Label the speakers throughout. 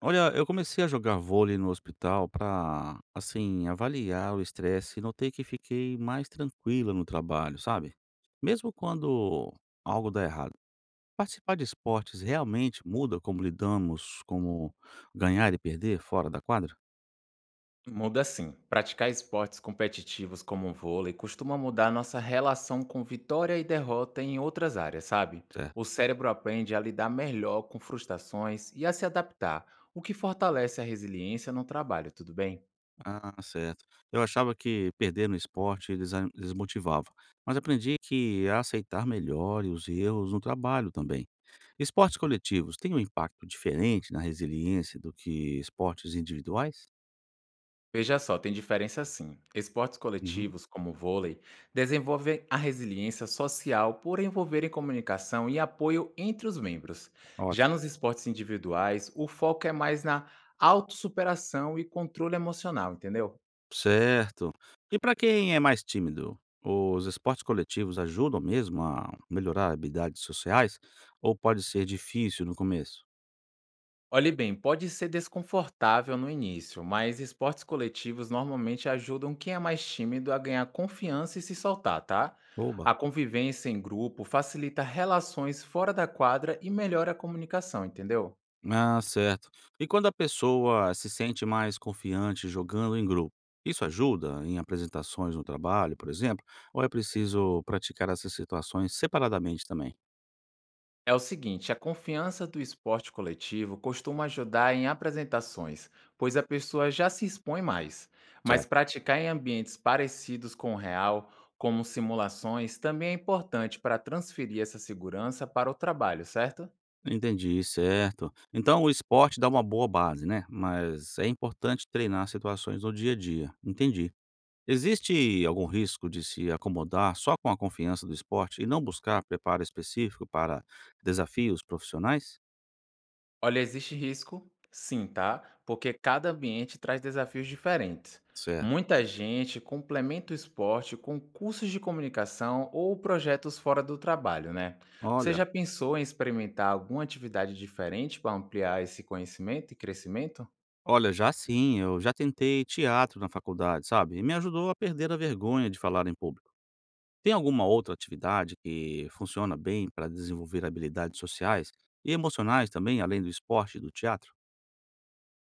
Speaker 1: Olha, eu comecei a jogar vôlei no hospital para, assim, avaliar o estresse e notei que fiquei mais tranquila no trabalho, sabe? Mesmo quando algo dá errado. Participar de esportes realmente muda como lidamos, como ganhar e perder fora da quadra?
Speaker 2: Muda sim. Praticar esportes competitivos como o vôlei costuma mudar nossa relação com vitória e derrota em outras áreas, sabe?
Speaker 1: Certo.
Speaker 2: O cérebro aprende a lidar melhor com frustrações e a se adaptar, o que fortalece a resiliência no trabalho, tudo bem?
Speaker 1: Ah, certo. Eu achava que perder no esporte desmotivava, mas aprendi que a aceitar melhor e os erros no trabalho também. Esportes coletivos têm um impacto diferente na resiliência do que esportes individuais?
Speaker 2: Veja só, tem diferença sim. Esportes
Speaker 1: Uhum,
Speaker 2: coletivos, como o vôlei, desenvolvem a resiliência social por envolverem comunicação e apoio entre os membros. Já
Speaker 1: ótimo.
Speaker 2: nos esportes individuais, o foco é mais na autossuperação e controle emocional, entendeu?
Speaker 1: Certo. E para quem é mais tímido, os esportes coletivos ajudam mesmo a melhorar habilidades sociais ou pode ser difícil no começo?
Speaker 2: Olhe bem, pode ser desconfortável no início, mas esportes coletivos normalmente ajudam quem é mais tímido a ganhar confiança e se soltar, tá?
Speaker 1: Oba.
Speaker 2: A convivência em grupo facilita relações fora da quadra e melhora a comunicação, entendeu?
Speaker 1: Ah, certo. E quando a pessoa se sente mais confiante jogando em grupo, isso ajuda em apresentações no trabalho, por exemplo, ou é preciso praticar essas situações separadamente também?
Speaker 2: É o seguinte, a confiança do esporte coletivo costuma ajudar em apresentações, pois a pessoa já se expõe mais. Mas
Speaker 1: Certo.
Speaker 2: praticar em ambientes parecidos com o real, como simulações, também é importante para transferir essa segurança para o trabalho, certo?
Speaker 1: Entendi, certo. Então o esporte dá uma boa base, né, mas é importante treinar situações no dia a dia. Entendi. Existe algum risco de se acomodar só com a confiança do esporte e não buscar preparo específico para desafios profissionais?
Speaker 2: Olha, existe risco, sim, tá? Porque cada ambiente traz desafios diferentes.
Speaker 1: Certo.
Speaker 2: Muita gente complementa o esporte com cursos de comunicação ou projetos fora do trabalho, né? Você
Speaker 1: Olha,
Speaker 2: já pensou em experimentar alguma atividade diferente para ampliar esse conhecimento e crescimento?
Speaker 1: olha, já sim, eu já tentei teatro na faculdade, sabe? E me ajudou a perder a vergonha de falar em público. Tem alguma outra atividade que funciona bem para desenvolver habilidades sociais e emocionais também, além do esporte e do teatro?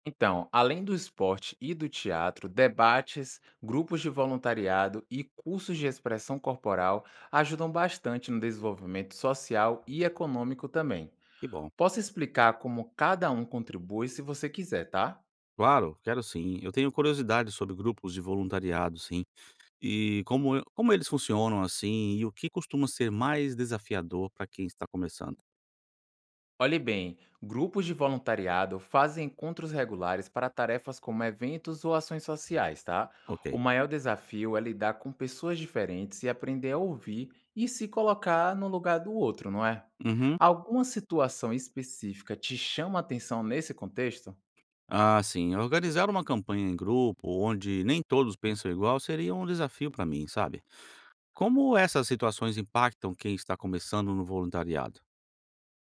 Speaker 2: Então, além do esporte e do teatro, debates, grupos de voluntariado e cursos de expressão corporal ajudam bastante no desenvolvimento social e econômico também.
Speaker 1: Que bom.
Speaker 2: Posso explicar como cada um contribui se você quiser, tá?
Speaker 1: Claro, quero sim. Eu tenho curiosidade sobre grupos de voluntariado, sim. Como eles funcionam assim e o que costuma ser mais desafiador para quem está começando.
Speaker 2: Olhe bem, grupos de voluntariado fazem encontros regulares para tarefas como eventos ou ações sociais, tá?
Speaker 1: Ok.
Speaker 2: O maior desafio é lidar com pessoas diferentes e aprender a ouvir e se colocar no lugar do outro, não é?
Speaker 1: Uhum.
Speaker 2: Alguma situação específica te chama a atenção nesse contexto?
Speaker 1: Ah, sim. Organizar uma campanha em grupo onde nem todos pensam igual seria um desafio para mim, sabe? Como essas situações impactam quem está começando no voluntariado?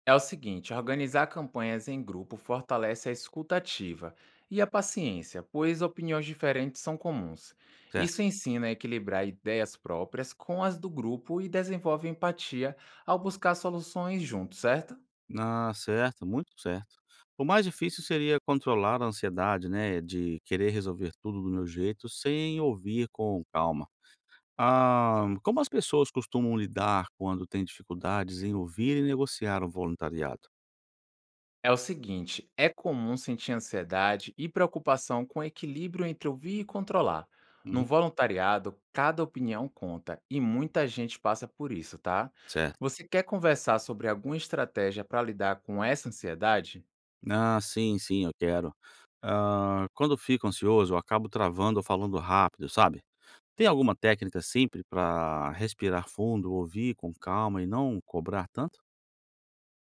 Speaker 2: É o seguinte, organizar campanhas em grupo fortalece a escuta ativa e a paciência, pois opiniões diferentes são comuns.
Speaker 1: Certo.
Speaker 2: Isso ensina a equilibrar ideias próprias com as do grupo e desenvolve empatia ao buscar soluções juntos, certo?
Speaker 1: Ah, certo, muito certo. O mais difícil seria controlar a ansiedade, né, de querer resolver tudo do meu jeito sem ouvir com calma. Ah, como as pessoas costumam lidar quando têm dificuldades em ouvir e negociar um voluntariado?
Speaker 2: É o seguinte, é comum sentir ansiedade e preocupação com o equilíbrio entre ouvir e controlar. No
Speaker 1: Uhum,
Speaker 2: voluntariado, cada opinião conta e muita gente passa por isso, tá?
Speaker 1: certo.
Speaker 2: Você quer conversar sobre alguma estratégia para lidar com essa ansiedade?
Speaker 1: Ah, sim, sim, eu quero. Ah, quando fico ansioso, eu acabo travando ou falando rápido, sabe? Tem alguma técnica simples para respirar fundo, ouvir com calma e não cobrar tanto?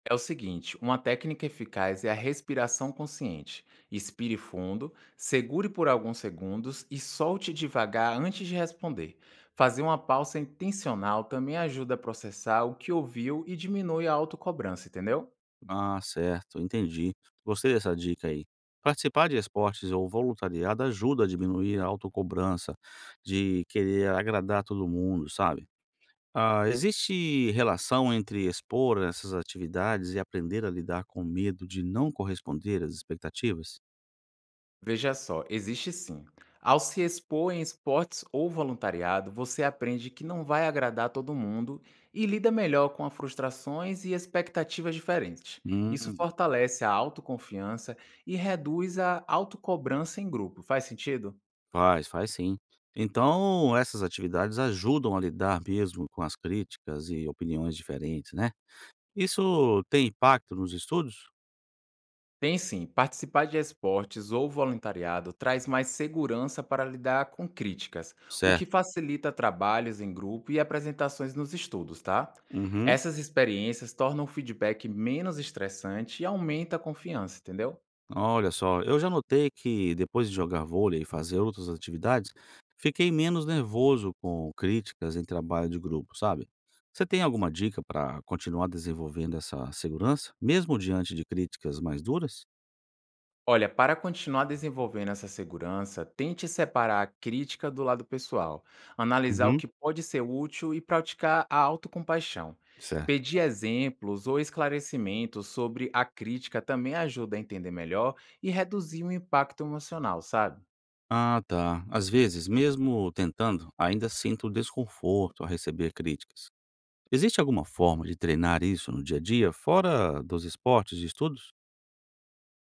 Speaker 2: É o seguinte, uma técnica eficaz é a respiração consciente. Inspire fundo, segure por alguns segundos e solte devagar antes de responder. Fazer uma pausa intencional também ajuda a processar o que ouviu e diminui a autocobrança, entendeu?
Speaker 1: Ah, certo, entendi. Gostei dessa dica aí. Participar de esportes ou voluntariado ajuda a diminuir a autocobrança de querer agradar todo mundo, sabe? Ah, existe relação entre expor essas atividades e aprender a lidar com o medo de não corresponder às expectativas?
Speaker 2: Veja só, existe sim. Ao se expor em esportes ou voluntariado, você aprende que não vai agradar todo mundo e lida melhor com as frustrações e expectativas diferentes. Isso
Speaker 1: Hum,
Speaker 2: fortalece a autoconfiança e reduz a autocobrança em grupo. Faz sentido?
Speaker 1: faz, faz sim. Então, essas atividades ajudam a lidar mesmo com as críticas e opiniões diferentes, né? Isso tem impacto nos estudos?
Speaker 2: Tem sim, participar de esportes ou voluntariado traz mais segurança para lidar com críticas, o que
Speaker 1: Certo.
Speaker 2: facilita trabalhos em grupo e apresentações nos estudos, tá?
Speaker 1: Uhum.
Speaker 2: Essas experiências tornam o feedback menos estressante e aumenta a confiança, entendeu?
Speaker 1: Olha só, eu já notei que depois de jogar vôlei e fazer outras atividades, fiquei menos nervoso com críticas em trabalho de grupo, sabe? Você tem alguma dica para continuar desenvolvendo essa segurança, mesmo diante de críticas mais duras?
Speaker 2: Olha, para continuar desenvolvendo essa segurança, tente separar a crítica do lado pessoal, analisar o
Speaker 1: Uhum,
Speaker 2: que pode ser útil e praticar a autocompaixão.
Speaker 1: certo.
Speaker 2: Pedir exemplos ou esclarecimentos sobre a crítica também ajuda a entender melhor e reduzir o impacto emocional, sabe?
Speaker 1: Ah, tá. Às vezes, mesmo tentando, ainda sinto desconforto ao receber críticas. Existe alguma forma de treinar isso no dia a dia, fora dos esportes e estudos?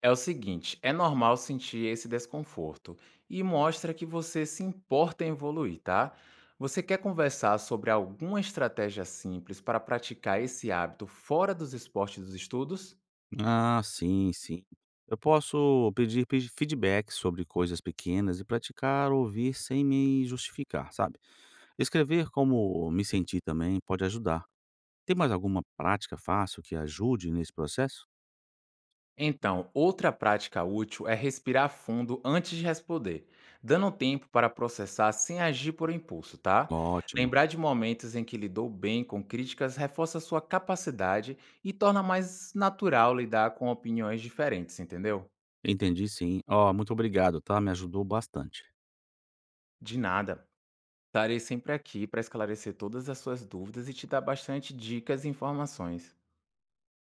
Speaker 2: É o seguinte, é normal sentir esse desconforto e mostra que você se importa em evoluir, tá? Você quer conversar sobre alguma estratégia simples para praticar esse hábito fora dos esportes e dos estudos?
Speaker 1: Ah, sim, sim. Eu posso pedir pe feedback sobre coisas pequenas e praticar ouvir sem me justificar, sabe? Escrever como me senti também pode ajudar. Tem mais alguma prática fácil que ajude nesse processo?
Speaker 2: Então, outra prática útil é respirar fundo antes de responder, dando tempo para processar sem agir por impulso, tá?
Speaker 1: Ótimo.
Speaker 2: Lembrar de momentos em que lidou bem com críticas reforça sua capacidade e torna mais natural lidar com opiniões diferentes, entendeu?
Speaker 1: Entendi, sim. Ó, muito obrigado, tá? Me ajudou bastante.
Speaker 2: De nada. Estarei sempre aqui para esclarecer todas as suas dúvidas e te dar bastante dicas e informações.